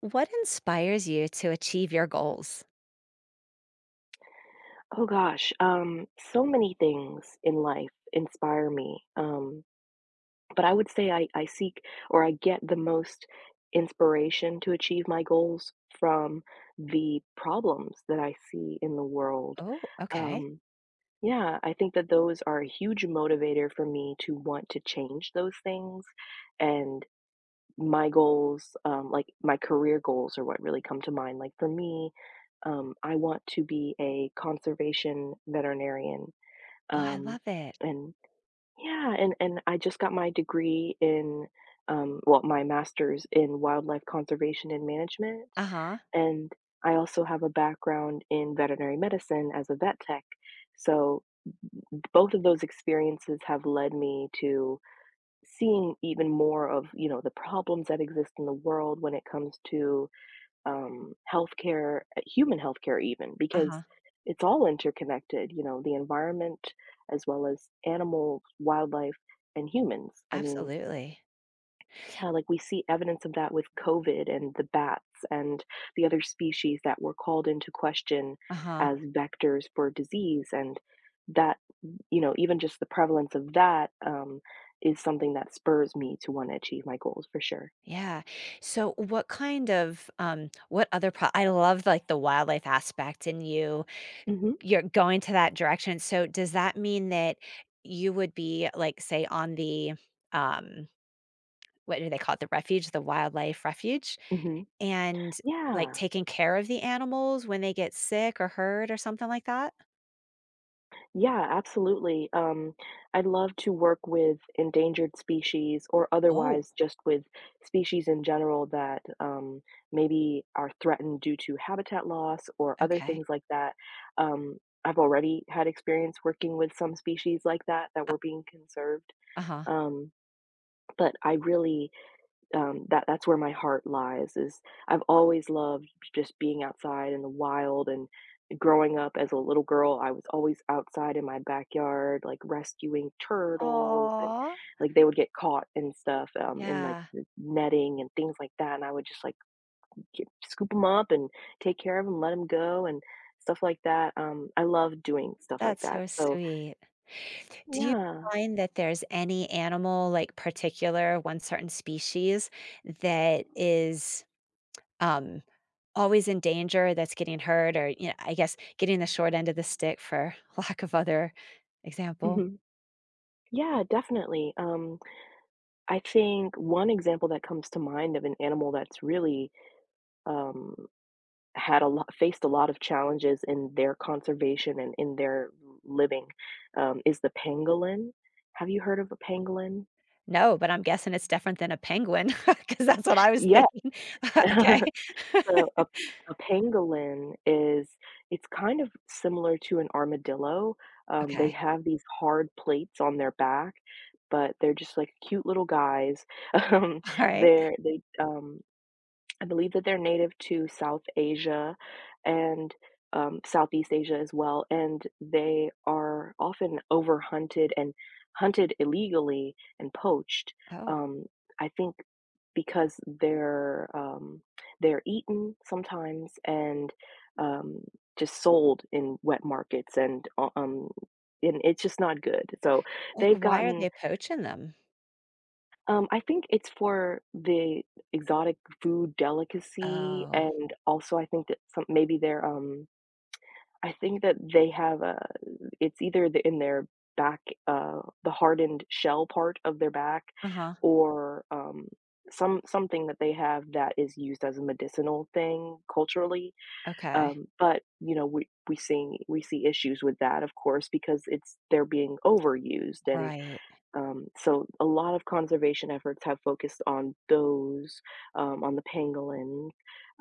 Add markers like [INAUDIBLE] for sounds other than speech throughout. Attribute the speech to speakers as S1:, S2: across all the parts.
S1: What inspires you to achieve your goals?
S2: Oh gosh, so many things in life inspire me. But I would say I seek or I get the most inspiration to achieve my goals from the problems that I see in the world.
S1: Oh, okay.
S2: Um, yeah, I think that those are a huge motivator for me to want to change those things and my goals, like my career goals are what really come to mind. Like for me, I want to be a conservation veterinarian.
S1: Oh, I
S2: Um,
S1: love it.
S2: and yeah, and I just got my degree in, well, my master's in wildlife conservation and management.
S1: Uh-huh.
S2: And I also have a background in veterinary medicine as a vet tech. So both of those experiences have led me to seeing even more of the problems that exist in the world when it comes to healthcare, human healthcare, even because
S1: Uh-huh.
S2: it's all interconnected. You know, the environment as well as animals, wildlife, and humans. I mean,
S1: Absolutely.
S2: yeah, like we see evidence of that with COVID and the bats and the other species that were called into question
S1: Uh-huh.
S2: as vectors for disease. And that, you know, even just the prevalence of that is something that spurs me to want to achieve my goals for sure.
S1: Yeah. So what kind of what other pro I love like the wildlife aspect in you.
S2: hmm
S1: You're going to that direction. So does that mean that you would be like say on the um what do they call it? The refuge, the wildlife refuge
S2: hmm
S1: and like
S2: Yeah.
S1: taking care of the animals when they get sick or hurt or something like that?
S2: Yeah, absolutely. I'd love to work with endangered species or
S1: Oh.
S2: otherwise just with species in general that maybe are threatened due to habitat loss or other
S1: Okay.
S2: things like that. Um, I've already had experience working with some species like that that were being conserved.
S1: Uh-huh.
S2: Um, but I really that's where my heart lies is I've always loved just being outside in the wild and growing up as a little girl, I was always outside in my backyard, like rescuing turtles and
S1: Aw.
S2: like they would get caught and stuff in like
S1: Yeah,
S2: the netting and things like that. And I would just like get, scoop them up and take care of them, let them go and stuff like that. I love doing stuff like
S1: that's
S2: that.
S1: so
S2: So
S1: sweet. Do you
S2: yeah.
S1: find that there's any animal, like, particular, one certain species that is, um, always in danger that's getting hurt or, you know, I guess, getting the short end of the stick for [LAUGHS] lack of other example?
S2: hmm Yeah, definitely. I think one example that comes to mind of an animal that's really, um, had a lot faced a lot of challenges in their conservation and in their living, is the pangolin. Have you heard of a pangolin?
S1: No, but I'm guessing it's different than a penguin [LAUGHS] because that's what I was
S2: Yeah.
S1: thinking. [LAUGHS] Okay.
S2: [LAUGHS]
S1: [LAUGHS]
S2: So, a pangolin is it's kind of similar to an armadillo. They
S1: Okay.
S2: have these hard plates on their back, but they're just, like, cute little guys. [LAUGHS] Um,
S1: Alright.
S2: they I believe that they're native to South Asia and Southeast Asia as well, and they are often overhunted and hunted illegally and poached.
S1: Oh,
S2: Um, I think because they're eaten sometimes and um, just sold in wet markets and it's just not good. So
S1: like,
S2: they've
S1: why are
S2: gotten
S1: they poaching them?
S2: I think it's for the exotic food delicacy,
S1: Oh.
S2: and also I think that some maybe their I think that they have a it's either the in their back, the hardened shell part of their back
S1: Uh-huh.
S2: or, something that they have that is used as a medicinal thing culturally,
S1: Okay.
S2: but, you know, we see issues with that, of course, because it's they're being overused and
S1: Right.
S2: so a lot of conservation efforts have focused on those, on the pangolins,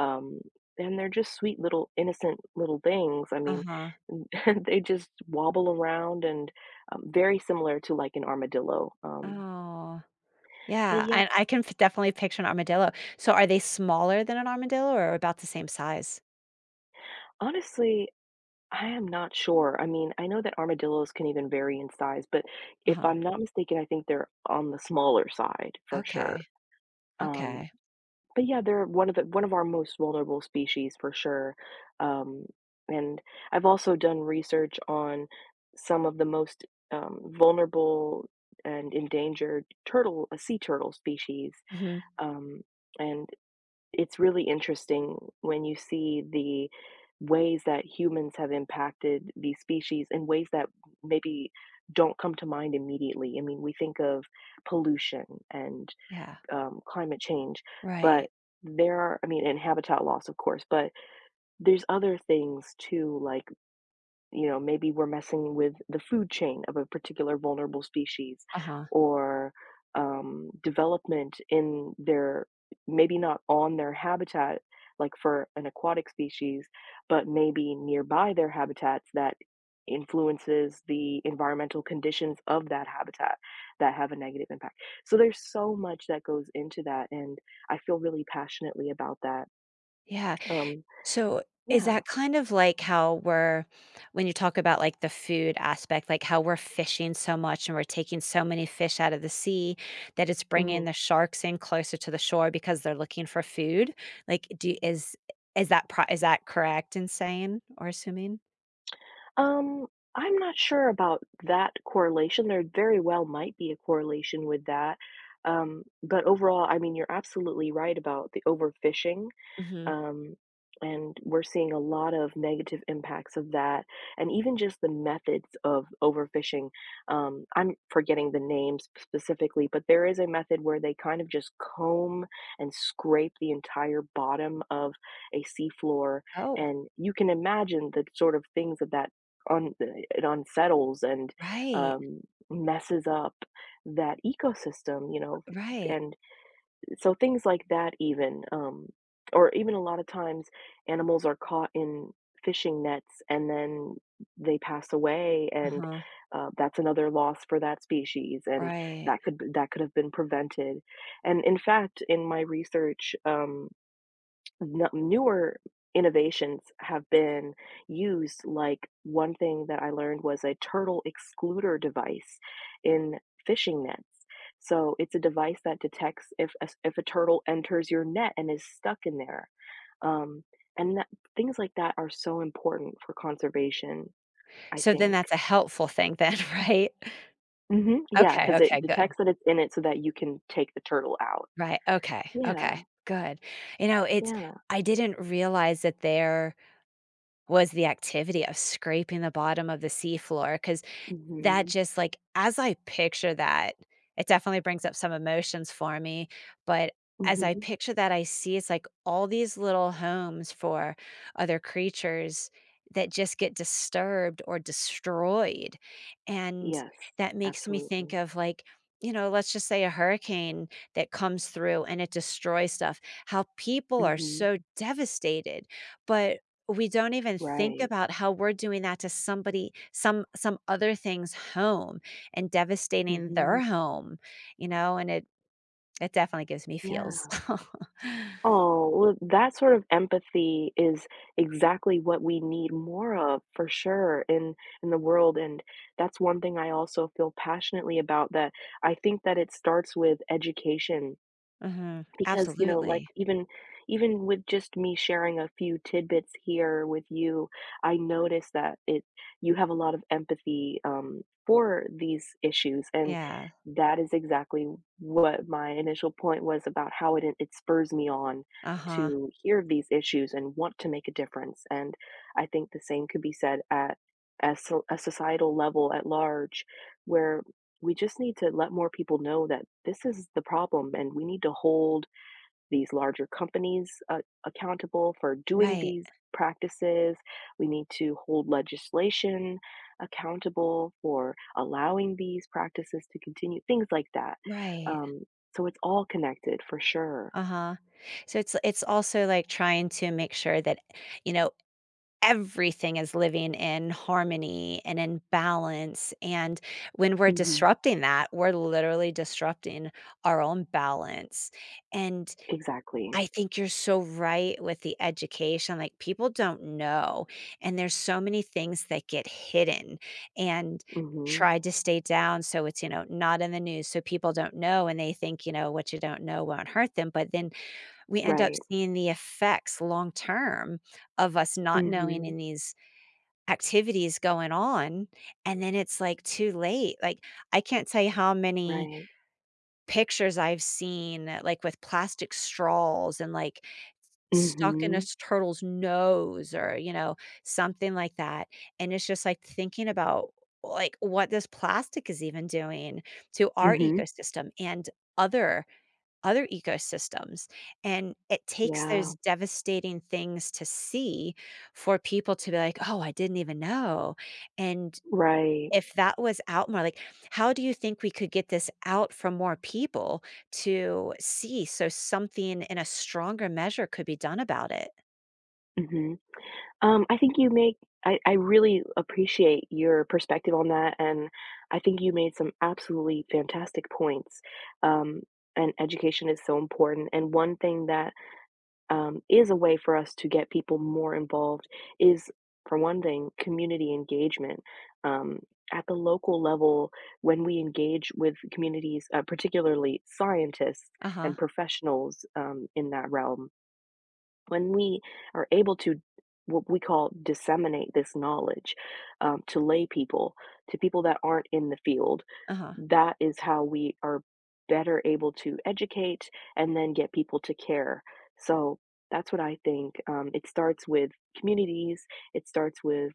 S2: um, and they're just sweet little innocent little things. I mean,
S1: Uh-huh.
S2: [LAUGHS] they just wobble around and very similar to like an armadillo.
S1: Oh,
S2: But
S1: yeah,
S2: yeah,
S1: and I can f definitely picture an armadillo. So are they smaller than an armadillo or about the same size?
S2: honestly, I am not sure. I mean, I know that armadillos can even vary in size, but if
S1: Uh-huh.
S2: I'm not mistaken, I think they're on the smaller side for sure.
S1: Okay.
S2: Um,
S1: Okay.
S2: But yeah, they're one of the one of our most vulnerable species for sure. Um, and I've also done research on some of the most vulnerable and endangered turtle, a sea turtle species.
S1: Mhm.
S2: Um, and it's really interesting when you see the ways that humans have impacted these species in ways that maybe don't come to mind immediately. I mean, we think of pollution and
S1: Yeah.
S2: climate change,
S1: Right.
S2: but there are, I mean, and habitat loss, of course, but there's other things too, like you know, maybe we're messing with the food chain of a particular vulnerable species
S1: Uh-huh.
S2: or development in their, maybe not on their habitat, like for an aquatic species, but maybe nearby their habitats that influences the environmental conditions of that habitat that have a negative impact. So there's so much that goes into that. And I feel really passionately about that.
S1: Yeah.
S2: Um,
S1: So, is
S2: yeah.
S1: that kind of like how we're when you talk about, like, the food aspect, like, how we're fishing so much and we're taking so many fish out of the sea that it's bringing the
S2: Mm-hmm.
S1: sharks in closer to the shore because they're looking for food? Like, do is that pro is that correct in saying or assuming?
S2: Um, I'm not sure about that correlation. There very well might be a correlation with that. But overall, I mean, you're absolutely right about the overfishing.
S1: Mhm.
S2: Um, and we're seeing a lot of negative impacts of that, and even just the methods of overfishing. I'm forgetting the names specifically, but there is a method where they kind of just comb and scrape the entire bottom of a seafloor,
S1: Oh,
S2: and you can imagine the sort of things that that it unsettles and
S1: right,
S2: um, messes up that ecosystem, you know,
S1: right.
S2: and so things like that even, or even a lot of times animals are caught in fishing nets and then they pass away and
S1: Uh-huh,
S2: that's another loss for that species and
S1: right.
S2: that could have been prevented. And in fact, in my research, newer innovations have been used. Like one thing that I learned was a turtle excluder device in fishing nets. So it's a device that detects if a turtle enters your net and is stuck in there. Um, and that, things like that are so important for conservation, I
S1: So then
S2: think.
S1: that's a helpful thing then, [LAUGHS] right?
S2: Yeah,
S1: Okay,
S2: because it
S1: okay, good.
S2: detects that it's in it so that you can take the turtle out.
S1: Right, okay, okay,
S2: Yeah,
S1: good. You know, it's
S2: yeah.
S1: I didn't realize that there was the activity of scraping the bottom of the seafloor, because. That
S2: hmm
S1: just, like as I picture that, it definitely brings up some emotions for me, but as I
S2: hmm
S1: picture that, I see it's, like, all these little homes for other creatures that just get disturbed or destroyed, and
S2: Yes,
S1: that makes me
S2: absolutely.
S1: think of, like, you know, let's just say a hurricane that comes through and it destroys stuff, how people are
S2: hmm
S1: so devastated, but we don't even think
S2: Right.
S1: about how we're doing that to somebody some other thing's home and devastating
S2: Mhm.
S1: their home, you know, and it definitely gives me
S2: Yeah.
S1: feels. [LAUGHS]
S2: Oh, well, that sort of empathy is exactly what we need more of for sure in the world, and that's one thing I also feel passionately about that I think that it starts with education
S1: Mhm.
S2: because you know like
S1: Absolutely.
S2: even even with just me sharing a few tidbits here with you I notice that it you have a lot of empathy for these issues and
S1: Yeah.
S2: that is exactly what my initial point was about how it it spurs me on
S1: Uh-huh.
S2: to hear of these issues and want to make a difference and I think the same could be said at a, a societal level at large where we just need to let more people know that this is the problem and we need to hold these larger companies accountable for doing
S1: Right.
S2: these practices. We need to hold legislation accountable for allowing these practices to continue, things like that.
S1: Right.
S2: Um, so it's all connected for sure.
S1: Uh-huh. So it's also like trying to make sure that, you know, everything is living in harmony and in balance. And when we're
S2: hmm
S1: disrupting that, we're literally disrupting our own balance. And
S2: Exactly.
S1: I think you're so right with the education. Like people don't know, and there's so many things that get hidden and
S2: hmm
S1: tried to stay down so it's, you know, not in the news so people don't know, and they think, you know, what you don't know won't hurt them, but then we end up
S2: Right.
S1: seeing the effects long term of us not knowing
S2: hmm
S1: in these activities going on, and then it's, like, too late, like, I can't tell you how many
S2: Right.
S1: pictures I've seen, like, with plastic straws and, like, stuck in a
S2: hmm
S1: s turtle's nose or, you know, something like that, and it's just, like, thinking about, like, what this plastic is even doing to our
S2: hmm
S1: ecosystem and other other ecosystems. And it takes
S2: Yeah.
S1: those devastating things to see for people to be like, oh, I didn't even know. And
S2: Right.
S1: if that was out more, like, how do you think we could get this out for more people to see? So something in a stronger measure could be done about it.
S2: hmm I think you make I really appreciate your perspective on that, and I think you made some absolutely fantastic points. Um, and education is so important. And one thing that is a way for us to get people more involved is, for one thing, community engagement. Um, at the local level, when we engage with communities, particularly scientists
S1: Uh huh.
S2: and professionals in that realm, when we are able to what we call disseminate this knowledge to lay people to people that aren't in the field
S1: Uh huh.
S2: that is how we are better able to educate and then get people to care so that's what I think it starts with communities it starts with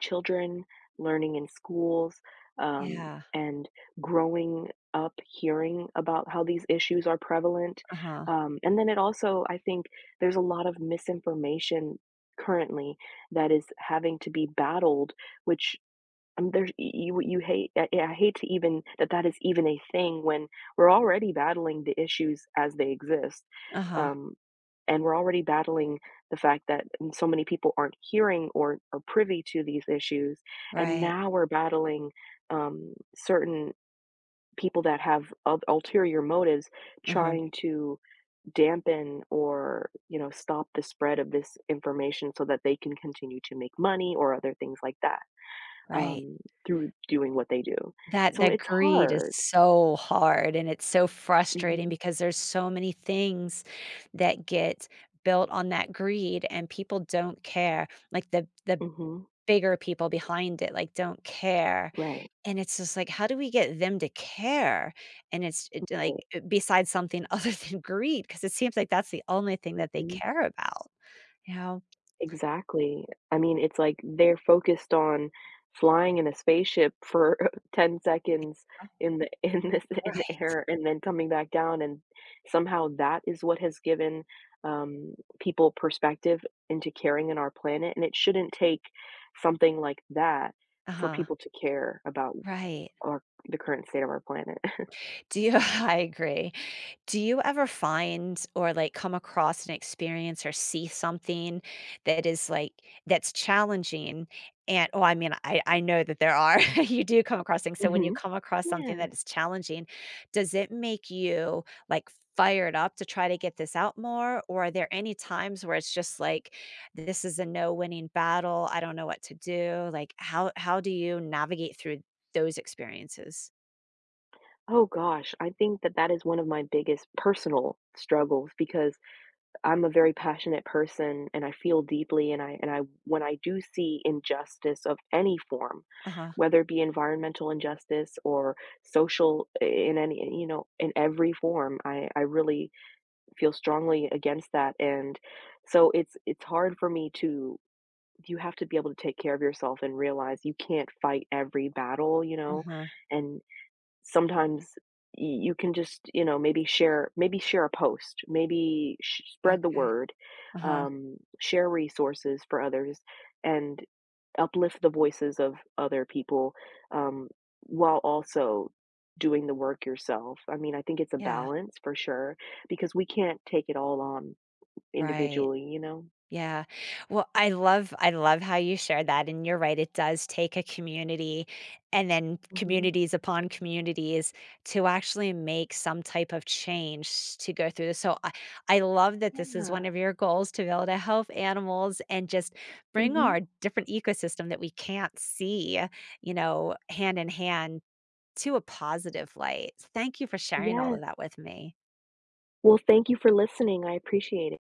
S2: children learning in schools um,
S1: Yeah.
S2: and growing up hearing about how these issues are prevalent
S1: Uh huh.
S2: and then it also I think there's a lot of misinformation currently that is having to be battled, which there's you you hate. I hate to even that that is even a thing when we're already battling the issues as they exist,
S1: Uh huh.
S2: um, and we're already battling the fact that so many people aren't hearing or are privy to these issues, and
S1: Right.
S2: now we're battling certain people that have ulterior motives
S1: Mm-hmm.
S2: trying to dampen or you know stop the spread of this information so that they can continue to make money or other things like that
S1: Right.
S2: um, through doing what they do
S1: That
S2: so
S1: that
S2: it's
S1: greed is
S2: hard
S1: so hard, and it's so frustrating
S2: hmm
S1: because there's so many things that get built on that greed, and people don't care, like, the
S2: hmm
S1: bigger people behind it, like, don't care,
S2: right
S1: and it's just like, how do we get them to care? And it's it like, eh, besides something [LAUGHS] other than greed because it seems like that's the only thing that they
S2: Right.
S1: care about, you know?
S2: Exactly. I mean, it's like they're focused on flying in a spaceship for [LAUGHS] 10 seconds in the [LAUGHS] in this in the
S1: Right.
S2: air and then coming back down and somehow that is what has given um, people perspective into caring in our planet and it shouldn't take something like that for
S1: Uh-huh.
S2: people to care about
S1: Right.
S2: our the current state of our planet. [LAUGHS]
S1: Do you [LAUGHS] I agree. Do you ever find or like come across an experience or see something that is like that's challenging and oh I mean I know that there are [LAUGHS] you do come across things so when you
S2: Mhm.
S1: come across something
S2: Yeah.
S1: that is challenging does it make you like fired up to try to get this out more or are there any times where it's just like this is a no winning battle I don't know what to do like how do you navigate through those experiences?
S2: Oh gosh, I think that that is one of my biggest personal struggles because I'm a very passionate person and I feel deeply and I when I do see injustice of any form,
S1: Uh-huh.
S2: whether it be environmental injustice or social in any you know in every form, I really feel strongly against that and so it's hard for me to you have to be able to take care of yourself and realize you can't fight every battle, you know,
S1: Uh-huh.
S2: and sometimes y you can just, you know, maybe share a post, maybe sh spread the
S1: Okay.
S2: word,
S1: Uh-huh.
S2: share resources for others, and uplift the voices of other people, um, while also doing the work yourself. I mean, I think it's a
S1: Yeah.
S2: balance for sure because we can't take it all on
S1: Right.
S2: individually, you know?
S1: Yeah. Well, I love how you share that and you're right, it does take a community and then
S2: Mhm.
S1: communities upon communities to actually make some type of change to go through this. So I love that this is one
S2: Yeah.
S1: of your goals to be able to help animals and just bring
S2: Mhm.
S1: our different ecosystem that we can't see, you know, hand in hand to a positive light. Thank you for sharing all
S2: Yes.
S1: of that with me.
S2: Well, thank you for listening. I appreciate it.